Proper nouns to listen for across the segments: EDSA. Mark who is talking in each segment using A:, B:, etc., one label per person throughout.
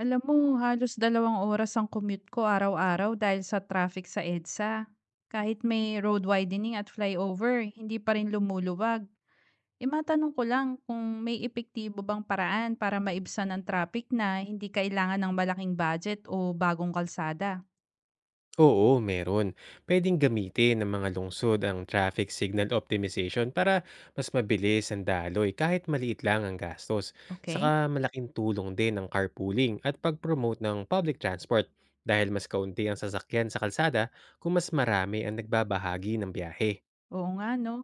A: Alam mo, halos 2 oras ang commute ko araw-araw dahil sa traffic sa EDSA. Kahit may road widening at flyover, hindi pa rin lumuluwag. E matanong ko lang kung may epektibo bang paraan para maibsan ang traffic na hindi kailangan ng malaking budget o bagong kalsada.
B: Oo, meron. Pwedeng gamitin ng mga lungsod ang traffic signal optimization para mas mabilis ang daloy kahit maliit lang ang gastos. Saka
A: Okay?
B: malaking tulong din ang carpooling at pag-promote ng public transport dahil mas kaunti ang sasakyan sa kalsada kung mas marami ang nagbabahagi ng biyahe.
A: Oo nga, no?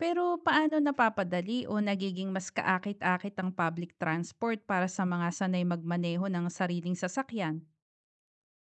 A: Pero paano napapadali o nagiging mas kaakit-akit ang public transport para sa mga sanay magmaneho ng sariling sasakyan?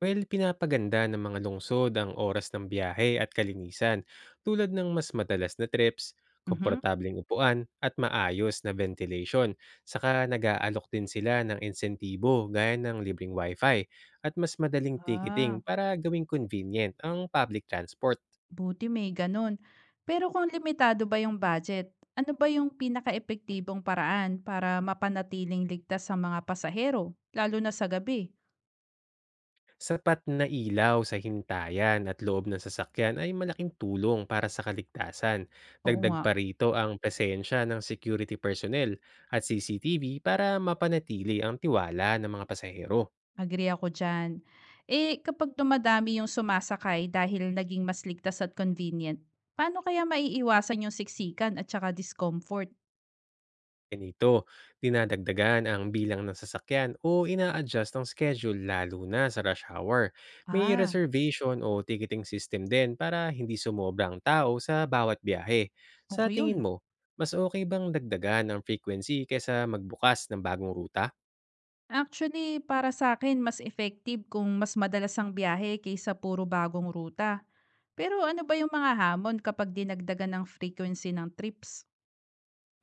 B: Well, pinapaganda ng mga lungsod ang oras ng biyahe at kalinisan tulad ng mas madalas na trips,
A: Mhm.
B: komportabling upuan at maayos na ventilation. Saka nag-aalok din sila ng insentibo gaya ng libreng wifi at mas madaling ticketing
A: Ah,
B: para gawing convenient ang public transport.
A: buti may gano'n. Pero kung limitado ba yung budget, ano ba yung pinakaepektibong paraan para mapanatiling ligtas sa mga pasahero, lalo na sa gabi?
B: Sapat na ilaw sa hintayan at loob ng sasakyan ay malaking tulong para sa kaligtasan.
A: Oo
B: Dagdag
A: nga,
B: pa rito ang presensya ng security personnel at CCTV para mapanatili ang tiwala ng mga pasahero.
A: agree ako dyan. Eh, kapag dumadami yung sumasakay dahil naging mas ligtas at convenient, paano kaya maiiwasan yung siksikan at saka discomfort?
B: Ganito, dinadagdagan ang bilang ng sasakyan o ina-adjust ang schedule lalo na sa rush hour. May
A: Ah,
B: reservation o ticketing system din para hindi sumobrang tao sa bawat biyahe. Sa
A: okay
B: tingin
A: yun.
B: mo, mas okay bang dagdagan ang frequency kaysa magbukas ng bagong ruta?
A: Actually, para sa akin mas effective kung mas madalas ang biyahe kaysa puro bagong ruta. Pero ano ba yung mga hamon kapag dinagdagan ng frequency ng trips?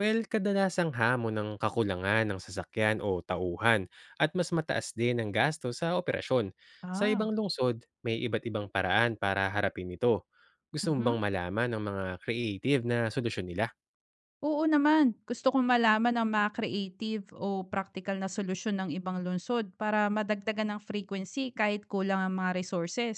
B: Well, kadalasang hamon ng kakulangan ng sasakyan o tauhan at mas mataas din ang gasto sa operasyon. Sa
A: Ah,
B: ibang lungsod, may iba't ibang paraan para harapin ito. Gusto mo bang
A: mhm.
B: malaman ng mga creative na solusyon nila?
A: Oo naman, gusto kong malaman ang mga creative o practical na solusyon ng ibang lungsod para madagdagan ng frequency kahit kulang ang mga resources.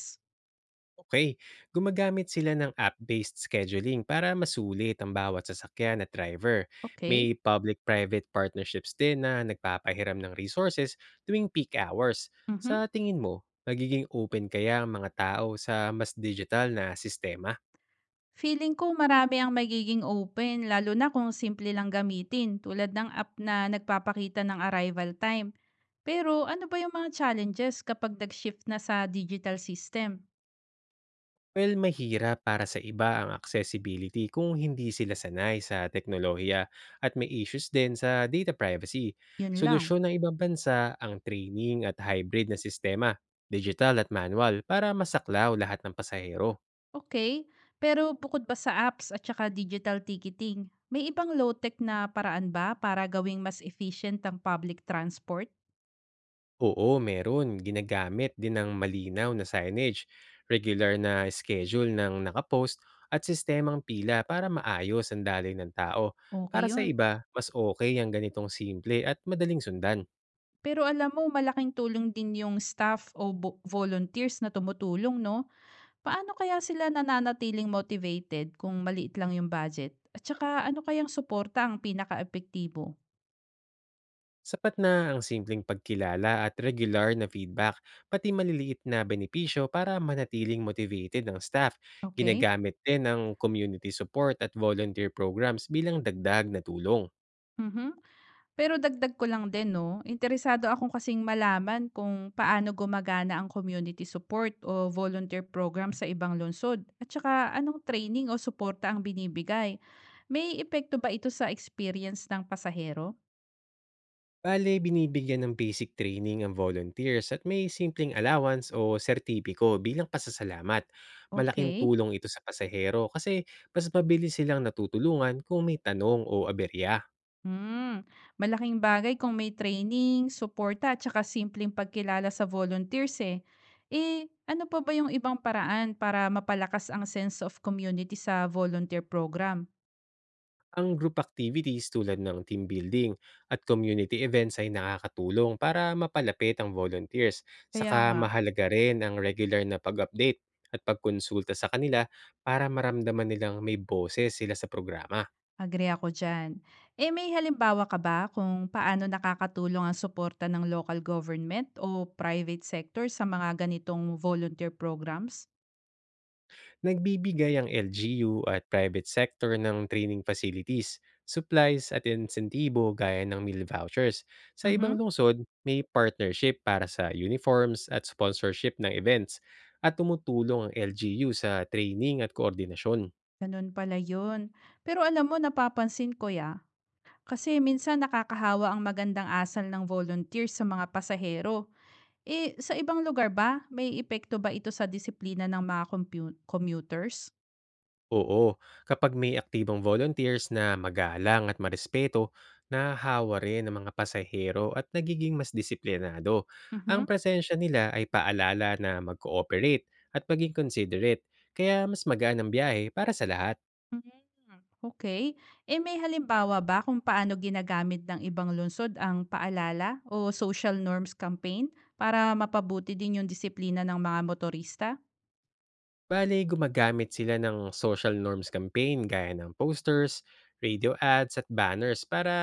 B: Okay, gumagamit sila ng app-based scheduling para masulit ang bawat sasakyan at driver.
A: Okey,
B: May public-private partnerships din na nagpapahiram ng resources tuwing peak hours. Sa
A: mhm.
B: tingin mo, magiging open kaya ang mga tao sa mas digital na sistema?
A: Feeling ko marami ang magiging open lalo na kung simple lang gamitin tulad ng app na nagpapakita ng arrival time. Pero ano ba yung mga challenges kapag nag-shift na sa digital system?
B: Well, mahirap para sa iba ang accessibility kung hindi sila sanay sa teknolohiya at may issues din sa data privacy.
A: Yun lang.
B: Solusyon ng ibang bansa ang training at hybrid na sistema, digital at manual, para masaklaw lahat ng pasahero.
A: Okay, pero bukod ba sa apps at saka digital ticketing, may ibang low-tech na paraan ba para gawing mas efficient ang public transport?
B: Oo, meron. Ginagamit din ng malinaw na signage, regular na schedule ng nakapost, at sistemang pila para maayos ang daloy ng tao.
A: Okay
B: Para sa
A: yun.
B: iba, mas okay ang ganitong simple at madaling sundan.
A: Pero alam mo, malaking tulong din yung staff o volunteers na tumutulong, no? Paano kaya sila nananatiling motivated kung maliit lang yung budget? At saka ano kayang suporta ang pinakaepektibo?
B: Sapat na ang simpleng pagkilala at regular na feedback, pati maliliit na benepisyo para manatiling motivated ang staff.
A: Okey,
B: Ginagamit din ang community support at volunteer programs bilang dagdag na tulong.
A: mhm. Pero dagdag ko lang din 'no, interesado akong kasing malaman kung paano gumagana ang community support o volunteer program sa ibang lungsod at saka anong training o suporta ang binibigay. May epekto ba ito sa experience ng pasahero?
B: Bale, binibigyan ng basic training ang volunteers at may simpleng allowance o sertipiko bilang pasasalamat. Malaking
A: Okay?
B: tulong ito sa pasahero kasi mas mabilis silang natutulungan kung may tanong o aberya.
A: Hmm, malaking bagay kung may training, suporta at saka simpleng pagkilala sa volunteers eh. Eh, ano pa ba yung ibang paraan para mapalakas ang sense of community sa volunteer program?
B: Ang group activities tulad ng team building at community events ay nakakatulong para mapalapit ang volunteers.
A: Kaya
B: Saka
A: nga,
B: mahalaga rin ang regular na pag-update at pagkonsulta sa kanila para maramdaman nilang may boses sila sa programa.
A: agree ako dyan. Eh, may halimbawa ka ba kung paano nakakatulong ang suporta ng local government o private sector sa mga ganitong volunteer programs?
B: Nagbibigay ang LGU at private sector ng training facilities, supplies at insentibo gaya ng meal vouchers. Sa ibang
A: Mhm,
B: lungsod, may partnership para sa uniforms at sponsorship ng events at tumutulong ang LGU sa training at koordinasyon.
A: ganun pala yun. Pero alam mo, napapansin ko ya, kasi minsan nakakahawa ang magandang asal ng volunteer sa mga pasahero. Eh, sa ibang lugar ba, may epekto ba ito sa disiplina ng mga commuters?
B: Oo, kapag may aktibong volunteers na magalang at marespeto, nahahawa rin ng mga pasahero at nagiging mas disiplinado. Ang
A: Mhm.
B: presensya nila ay paalala na mag-cooperate at maging considerate, kaya mas magaan ang biyahe para sa lahat.
A: Mm, okay. Eh, may halimbawa ba kung paano ginagamit ng ibang lungsod ang paalala o social norms campaign para mapabuti din yung disiplina ng mga motorista?
B: Bale, gumagamit sila ng social norms campaign gaya ng posters, radio ads at banners para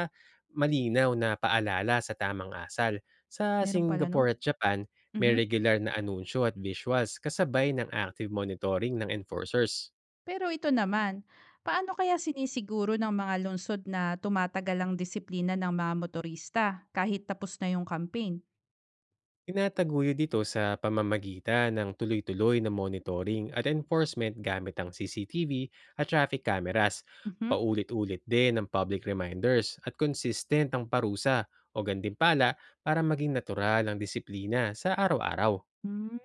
B: malinaw na paalala sa tamang asal. Sa
A: Meron pala nun.
B: Singapore at Japan, may
A: Mhm.
B: regular na anunsyo at visuals kasabay ng active monitoring ng enforcers.
A: Pero ito naman, paano kaya sinisiguro ng mga lungsod na tumatagal ang disiplina ng mga motorista kahit tapos na yung campaign?
B: Tinataguyod ito sa pamamagitan ng tuloy-tuloy na monitoring at enforcement gamit ang CCTV at traffic cameras.
A: Mhm.
B: Paulit-ulit din ang public reminders at consistent ang parusa o gantimpala para maging natural ang disiplina sa araw-araw.
A: Hmm,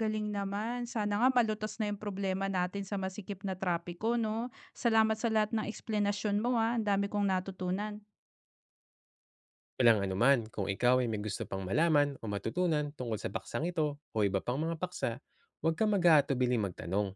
A: galing naman. Sana nga malutas na yung problema natin sa masikip na trapiko, no? Salamat sa lahat ng eksplenasyon mo, ha. Ang dami kong natutunan.
B: Walang anuman kung ikaw ay may gusto pang malaman o matutunan tungkol sa baksang ito o iba pang mga paksa, huwag ka mag-aatubiling magtanong.